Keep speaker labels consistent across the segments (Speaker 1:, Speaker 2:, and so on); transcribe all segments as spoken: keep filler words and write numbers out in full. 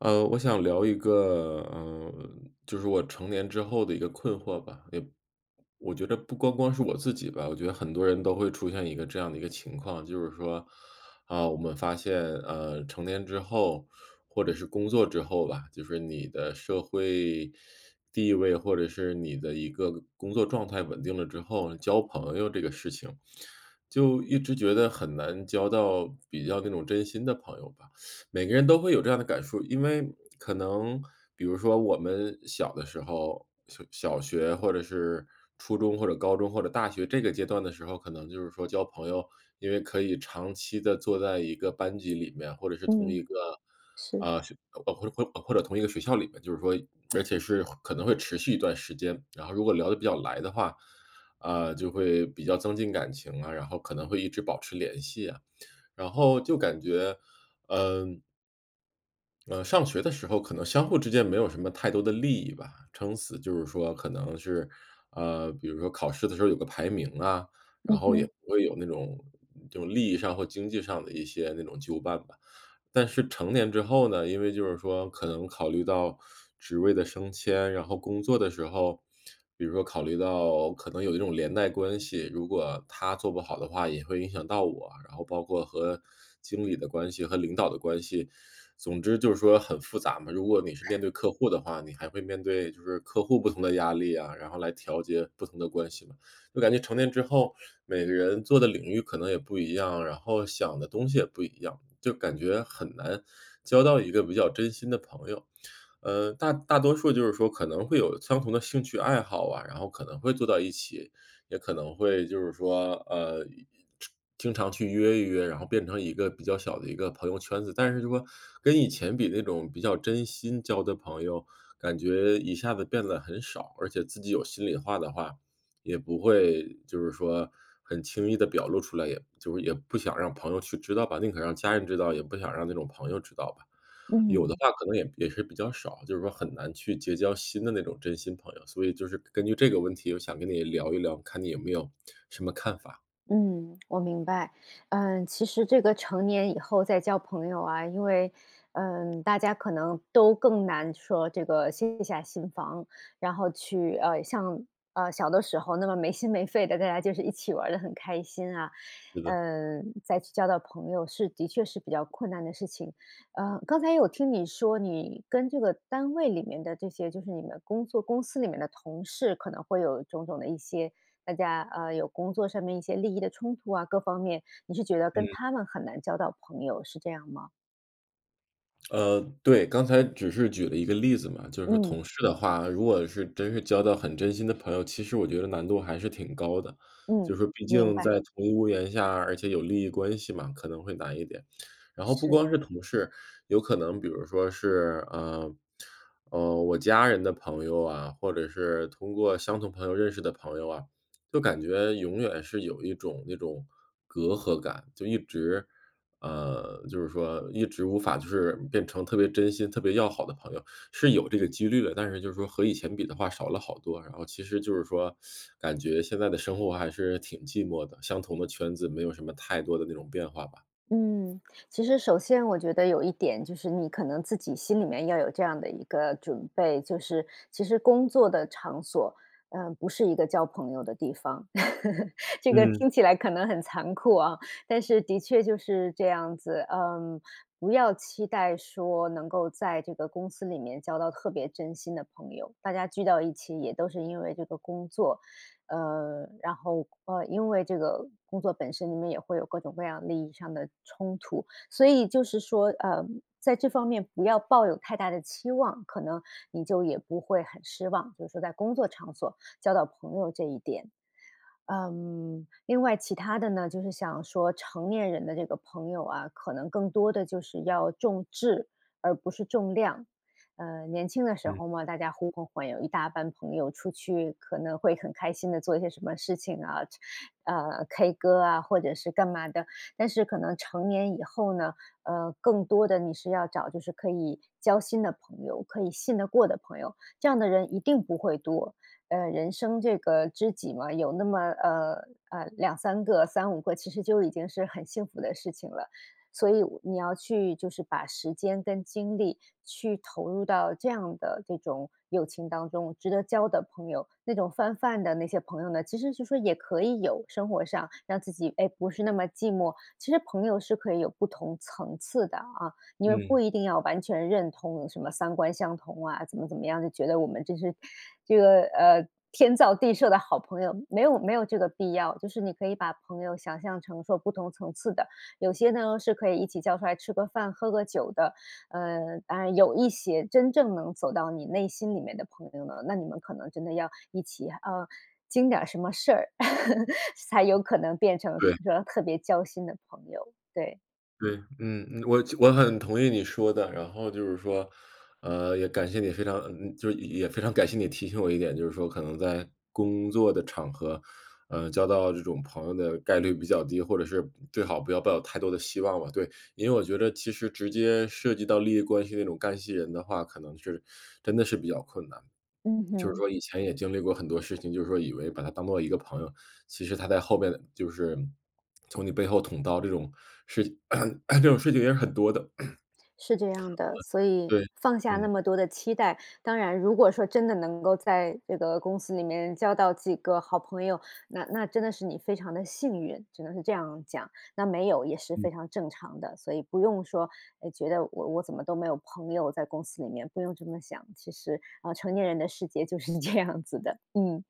Speaker 1: 呃，我想聊一个，嗯，就是我成年之后的一个困惑吧，也我觉得不光光是我自己吧，我觉得很多人都会出现一个这样的一个情况，就是说，啊，我们发现，呃，成年之后，或者是工作之后吧，就是你的社会地位，或者是你的一个工作状态稳定了之后，交朋友这个事情，就一直觉得很难交到比较那种真心的朋友吧。每个人都会有这样的感受，因为可能比如说我们小的时候，小小学或者是初中或者高中或者大学这个阶段的时候，可能就是说交朋友，因为可以长期的坐在一个班级里面，或者是同
Speaker 2: 嗯，
Speaker 1: 一个，
Speaker 2: 是，
Speaker 1: 啊，学呃，或者或或者同一个学校里面，就是说而且是可能会持续一段时间，然后如果聊得比较来的话，啊，就会比较增进感情啊，然后可能会一直保持联系啊。然后就感觉，嗯。呃，上学的时候可能相互之间没有什么太多的利益吧，撑死就是说可能是，呃，比如说考试的时候有个排名啊，然
Speaker 2: 嗯
Speaker 1: 后也
Speaker 2: 哼，
Speaker 1: 不会有那种嗯这种利益上或经济上的一些那种纠绊吧。但是成年之后呢，因为就是说可能考虑到职位的升迁，然后工作的时候，比如说考虑到可能有一种连带关系，如果他做不好的话，也会影响到我，然后包括和经理的关系和领导的关系，总之就是说很复杂嘛。如果你是面对客户的话，你还会面对就是客户不同的压力啊，然后来调节不同的关系嘛。就感觉成年之后，每个人做的领域可能也不一样，然后想的东西也不一样，就感觉很难交到一个比较真心的朋友。呃，大大多数就是说可能会有相同的兴趣爱好啊，然后可能会坐到一起，也可能会就是说，呃，经常去约一约，然后变成一个比较小的一个朋友圈子。但是就说跟以前比那种比较真心交的朋友，感觉一下子变得很少，而且自己有心里话的话，也不会就是说很轻易的表露出来，也就是也不想让朋友去知道吧，宁可让家人知道，也不想让那种朋友知道吧。有的
Speaker 2: 嗯。
Speaker 1: 话可能也也是比较少，就是说很难去结交新的那种真心朋友，所以就是根据这个问题，我想跟你聊一聊，看你有没有什么看法，
Speaker 2: 嗯，我明白。嗯，其实这个成年以后再交朋友啊，因为，嗯，大家可能都更难说这个卸下心防，然后去呃，像呃小的时候那么没心没肺的，大家就是一起玩的很开心啊，
Speaker 1: 对的，
Speaker 2: 嗯，再去交到朋友是的确是比较困难的事情。呃，刚才有听你说，你跟这个单位里面的这些，就是你们工作公司里面的同事，可能会有种种的一些大家呃有工作上面一些利益的冲突啊，各方面，你是觉得跟
Speaker 1: 嗯。
Speaker 2: 他们很难交到朋友，是这样吗？
Speaker 1: 呃，对，刚才只是举了一个例子嘛，就是说
Speaker 2: 嗯
Speaker 1: 同事的嗯话，如果是真是交到很真心的朋友，其实我觉得难度还是挺高的。就
Speaker 2: 嗯，
Speaker 1: 是说毕
Speaker 2: 明
Speaker 1: 竟在
Speaker 2: 白，
Speaker 1: 同一屋檐下，而且有利益关系嘛，可能会难一点。然后不
Speaker 2: 是。
Speaker 1: 光是同事，有可能比如说是，呃，呃，我家人的朋友啊，或者是通过相同朋友认识的朋友啊，就感觉永远是有一种那种隔阂感，就一直呃，就是说一直无法就是变成特别真心、特别要好的朋友，是有这个几率的，但是就是说和以前比的话少了好多。然后其实就是说，感觉现在的生活还是挺寂寞的，相同的圈子没有什么太多的那种变化吧。
Speaker 2: 嗯，其实首先我觉得有一点就是你可能自己心里面要有这样的一个准备，就是其实工作的场所，嗯、不是一个交朋友的地方。这个
Speaker 1: 嗯
Speaker 2: 听起来可能很残酷啊，但是的确就是这样子。嗯，不要期待说能够在这个公司里面交到特别真心的朋友，大家聚到一起也都是因为这个工作。呃，然后呃，因为这个工作本身你们也会有各种各样利益上的冲突，所以就是说，呃，在这方面不要抱有太大的期望，可能你就也不会很失望。就是说，在工作场所交到朋友这一点，嗯，另外其他的呢，就是想说成年人的这个朋友啊，可能更多的就是要重质，而不是重量。呃，年轻的时
Speaker 1: 嗯
Speaker 2: 候嘛，大家呼朋唤友，一大班朋友出去，可能会很开心的做一些什么事情啊，呃，K 歌啊，或者是干嘛的。但是可能成年以后呢，呃，更多的你是要找就是可以交心的朋友，可以信得过的朋友，这样的人一定不会多。呃，人生这个知己嘛，有那么呃呃两三个、三五个，其实就已经是很幸福的事情了。所以你要去就是把时间跟精力去投入到这样的这种友情当中，值得交的朋友，那种泛泛的那些朋友呢，其实就说也可以有生活上让自己哎不是那么寂寞。其实朋友是可以有不同层次的啊，因为不
Speaker 1: 嗯。
Speaker 2: 一定要完全认同什么三观相同啊，怎么怎么样就觉得我们这是这个呃天造地设的好朋友，没有没有这个必要。就是你可以把朋友想象成说不同层次的，有些呢是可以一起叫出来吃个饭、喝个酒的，呃，当然有一些真正能走到你内心里面的朋友呢，那你们可能真的要一起呃经点儿什么事儿，才有可能变成
Speaker 1: 对。
Speaker 2: 说特别交心的朋友。对，
Speaker 1: 对，嗯，嗯，我我很同意你说的，然后就是说，呃，也感谢你非常嗯，就是也非常感谢你提醒我一点，就是说可能在工作的场合，呃，交到这种朋友的概率比较低，或者是最好不要抱有太多的希望吧。对，因为我觉得其实直接涉及到利益关系那种干系人的话，可能是真的是比较困难。
Speaker 2: 嗯
Speaker 1: 就是
Speaker 2: 哼。
Speaker 1: 说以前也经历过很多事情，就是说以为把他当做一个朋友，其实他在后面就是从你背后捅刀这种事 这种事情也是很多的。
Speaker 2: 是这样的，所以
Speaker 1: 对，
Speaker 2: 放下那
Speaker 1: 嗯，
Speaker 2: 么多的期待。当然，如果说真的能够在这个公司里面交到几个好朋友，那那真的是你非常的幸运，只能是这样讲。那没有也是
Speaker 1: 嗯，
Speaker 2: 非常正常的，所以不用说，哎，觉得我我怎么都没有朋友在公司里面，不用这么想。其实啊、成年人的世界就是这样子的。嗯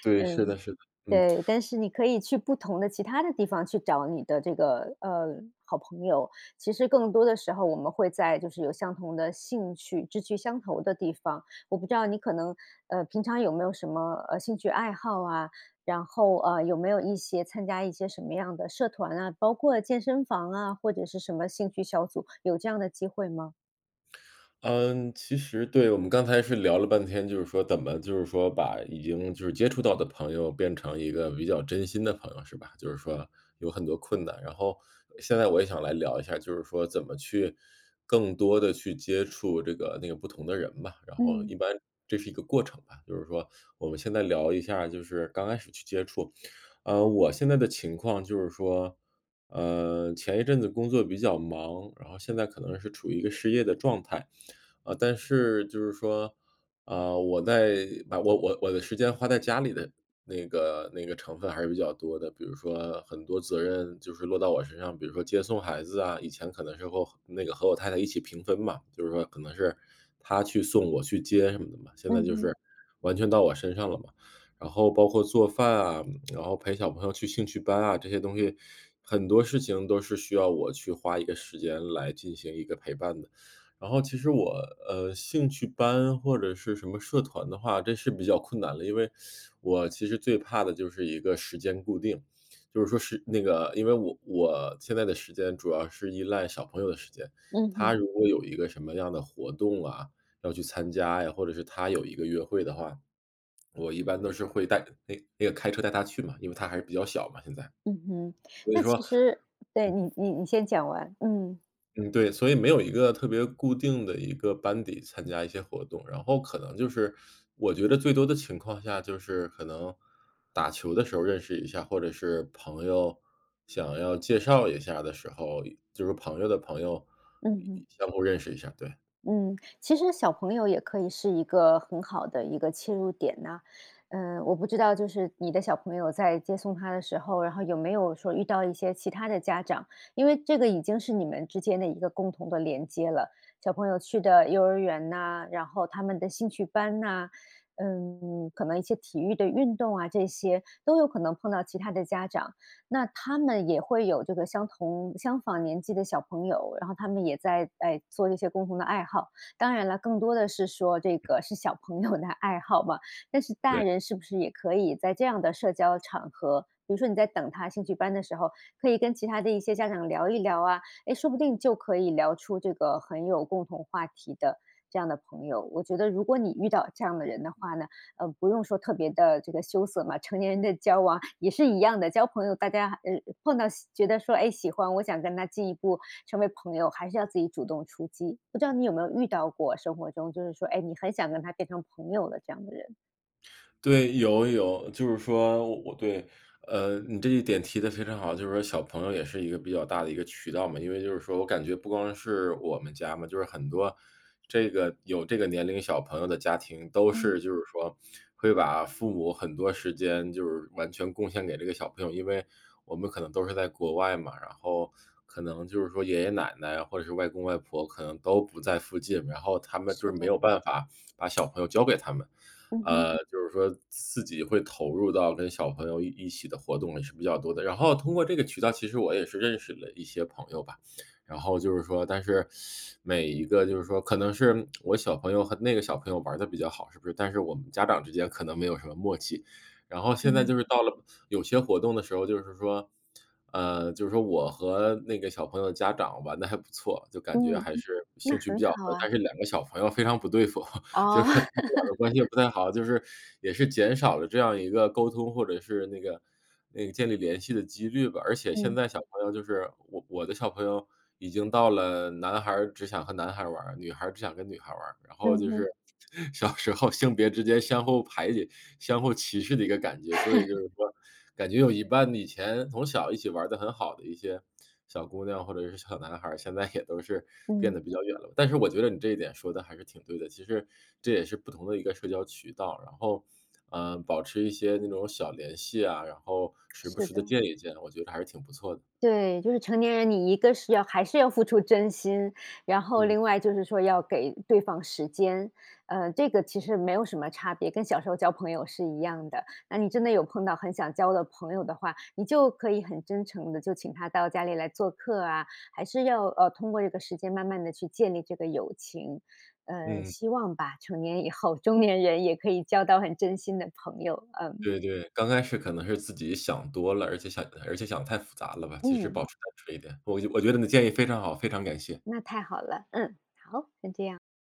Speaker 1: 对，是
Speaker 2: 嗯，
Speaker 1: 的是的，嗯。
Speaker 2: 对，但是你可以去不同的其他的地方去找你的这个，呃，好朋友。其实更多的时候我们会在就是有相同的兴趣、志趣相投的地方。我不知道你可能，呃，平常有没有什么，呃，兴趣爱好啊，然后，呃，有没有一些参加一些什么样的社团啊，包括健身房啊，或者是什么兴趣小组，有这样的机会吗？
Speaker 1: 嗯，其实对，我们刚才是聊了半天，就是说怎么就是说把已经就是接触到的朋友变成一个比较真心的朋友，是吧？就是说有很多困难，然后现在我也想来聊一下，就是说怎么去更多的去接触这个那个不同的人吧，然后一
Speaker 2: 嗯，
Speaker 1: 般这是一个过程吧。就是说我们现在聊一下，就是刚开始去接触。呃，我现在的情况就是说，呃，前一阵子工作比较忙，然后现在可能是处于一个失业的状态。啊，但是就是说，啊，我在把我我我的时间花在家里的那个那个成分还是比较多的，比如说很多责任就是落到我身上，比如说接送孩子啊，以前可能是和我那个和我太太一起平分嘛，就是说可能是她去送我去接什么的嘛，现在
Speaker 2: 嗯
Speaker 1: 就是
Speaker 2: 哼，
Speaker 1: 完全到我身上了嘛。然后包括做饭啊，然后陪小朋友去兴趣班啊，这些东西很多事情都是需要我去花一个时间来进行一个陪伴的。然后其实我，呃，兴趣班或者是什么社团的话，这是比较困难了。因为我其实最怕的就是一个时间固定，就是说是那个因为我我现在的时间主要是依赖小朋友的时间，
Speaker 2: 嗯
Speaker 1: 他
Speaker 2: 哼，
Speaker 1: 如果有一个什么样的活动啊，要去参加呀，或者是他有一个约会的话，我一般都是会带那那个开车带他去嘛，因为他还是比较小嘛，现在。
Speaker 2: 嗯哼。
Speaker 1: 所以
Speaker 2: 那
Speaker 1: 说
Speaker 2: 其实对，你你你先讲完，嗯，
Speaker 1: 嗯，对，所以没有一个特别固定的一个班底参加一些活动，然后可能就是我觉得最多的情况下就是可能打球的时候认识一下，或者是朋友想要介绍一下的时候，就是朋友的朋友
Speaker 2: 嗯哼。
Speaker 1: 相互认识一下，对。
Speaker 2: 嗯，其实小朋友也可以是一个很好的一个切入点呐。嗯，我不知道，就是你的小朋友在接送他的时候，然后有没有说遇到一些其他的家长？因为这个已经是你们之间的一个共同的连接了。小朋友去的幼儿园呐，然后他们的兴趣班呐，嗯，可能一些体育的运动啊，这些都有可能碰到其他的家长。那他们也会有这个相同相仿年纪的小朋友，然后他们也在，哎，做一些共同的爱好。当然了，更多的是说这个是小朋友的爱好嘛，但是大
Speaker 1: 对。
Speaker 2: 人是不是也可以在这样的社交场合，比如说你在等他兴趣班的时候，可以跟其他的一些家长聊一聊啊，哎，说不定就可以聊出这个很有共同话题的这样的朋友。我觉得如果你遇到这样的人的话呢，呃，不用说特别的这个羞涩嘛，成年人的交往也是一样的，交朋友大家呃，碰到喜觉得说，哎，喜欢，我想跟他进一步成为朋友，还是要自己主动出击。不知道你有没有遇到过生活中，就是说，哎，你很想跟他变成朋友的这样的人？
Speaker 1: 对，有有，就是说我我对，呃，你这一点提的非常好，就是说小朋友也是一个比较大的一个渠道嘛，因为就是说我感觉不光是我们家嘛，就是很多这个有这个年龄小朋友的家庭，都
Speaker 2: 嗯，
Speaker 1: 是就是说会把父母很多时间就是完全贡献给这个小朋友，因为我们可能都是在国外嘛，然后可能就是说爷爷奶奶或者是外公外婆可能都不在附近，然后他们就
Speaker 2: 是
Speaker 1: 是没
Speaker 2: 的，
Speaker 1: 有办法把小朋友交给他们。
Speaker 2: 嗯哼，
Speaker 1: 呃，就是说自己会投入到跟小朋友一一起的活动也是比较多的。然后通过这个渠道，其实我也是认识了一些朋友吧。然后就是说，但是每一个就是说，可能是我小朋友和那个小朋友玩的比较好，是不是？但是我们家长之间可能没有什么默契。然后现
Speaker 2: 嗯。
Speaker 1: 在
Speaker 2: 哼
Speaker 1: 就是到了有些活动的时候，就是说，呃，就是说我和那个小朋友的家长玩的还不错，就感觉
Speaker 2: 嗯，
Speaker 1: 还嗯是
Speaker 2: 那
Speaker 1: 兴趣比
Speaker 2: 很
Speaker 1: 较
Speaker 2: 好
Speaker 1: 合，但
Speaker 2: 啊，
Speaker 1: 是两个小朋友非常不对付。就
Speaker 2: 哦，
Speaker 1: 是说他们 两个关系也不太好，就是也是减少了这样一个沟通或者是那个那个建立联系的几率吧。而且现
Speaker 2: 嗯，
Speaker 1: 在小朋友就是我我的小朋友已经到了男孩儿只想和男孩儿玩儿，女孩儿只想跟女孩儿玩儿，然后就
Speaker 2: 嗯
Speaker 1: 是
Speaker 2: 哼，
Speaker 1: 小时候性别之间相互排挤、相互歧视的一个感觉。所以就是说，感觉有一半以前从小一起玩的很好的一些小姑娘或者是小男孩儿，现在也都是变
Speaker 2: 嗯，
Speaker 1: 得比较远了。但是我觉得你这一点说的还是挺对的，其实这也是不同的一个社交渠道，然后，嗯，保持一些那种小联系啊，然后时不
Speaker 2: 是
Speaker 1: 时的
Speaker 2: 的。
Speaker 1: 见一见，我觉得还是挺不错的。
Speaker 2: 对，就是成年人，你一个是要还是要付出真心，然后
Speaker 1: 嗯，
Speaker 2: 另外就是说要给对方时间，呃，这个其实没有什么差别，跟小时候交朋友是一样的。那你真的有碰到很想交的朋友的话，你就可以很真诚的就请他到家里来做客啊，还是要，呃，通过这个时间慢慢的去建立这个友情。呃，
Speaker 1: 嗯，
Speaker 2: 希望吧，成年以后，中年人也可以交到很真心的朋友，嗯，
Speaker 1: 对对，刚开始可能是自己想多了，而且想而且想太复杂了吧，其实
Speaker 2: 嗯，
Speaker 1: 保持单纯一点。我我觉得你的建议非常好，非常感谢。
Speaker 2: 那太好了，嗯，好，先这样。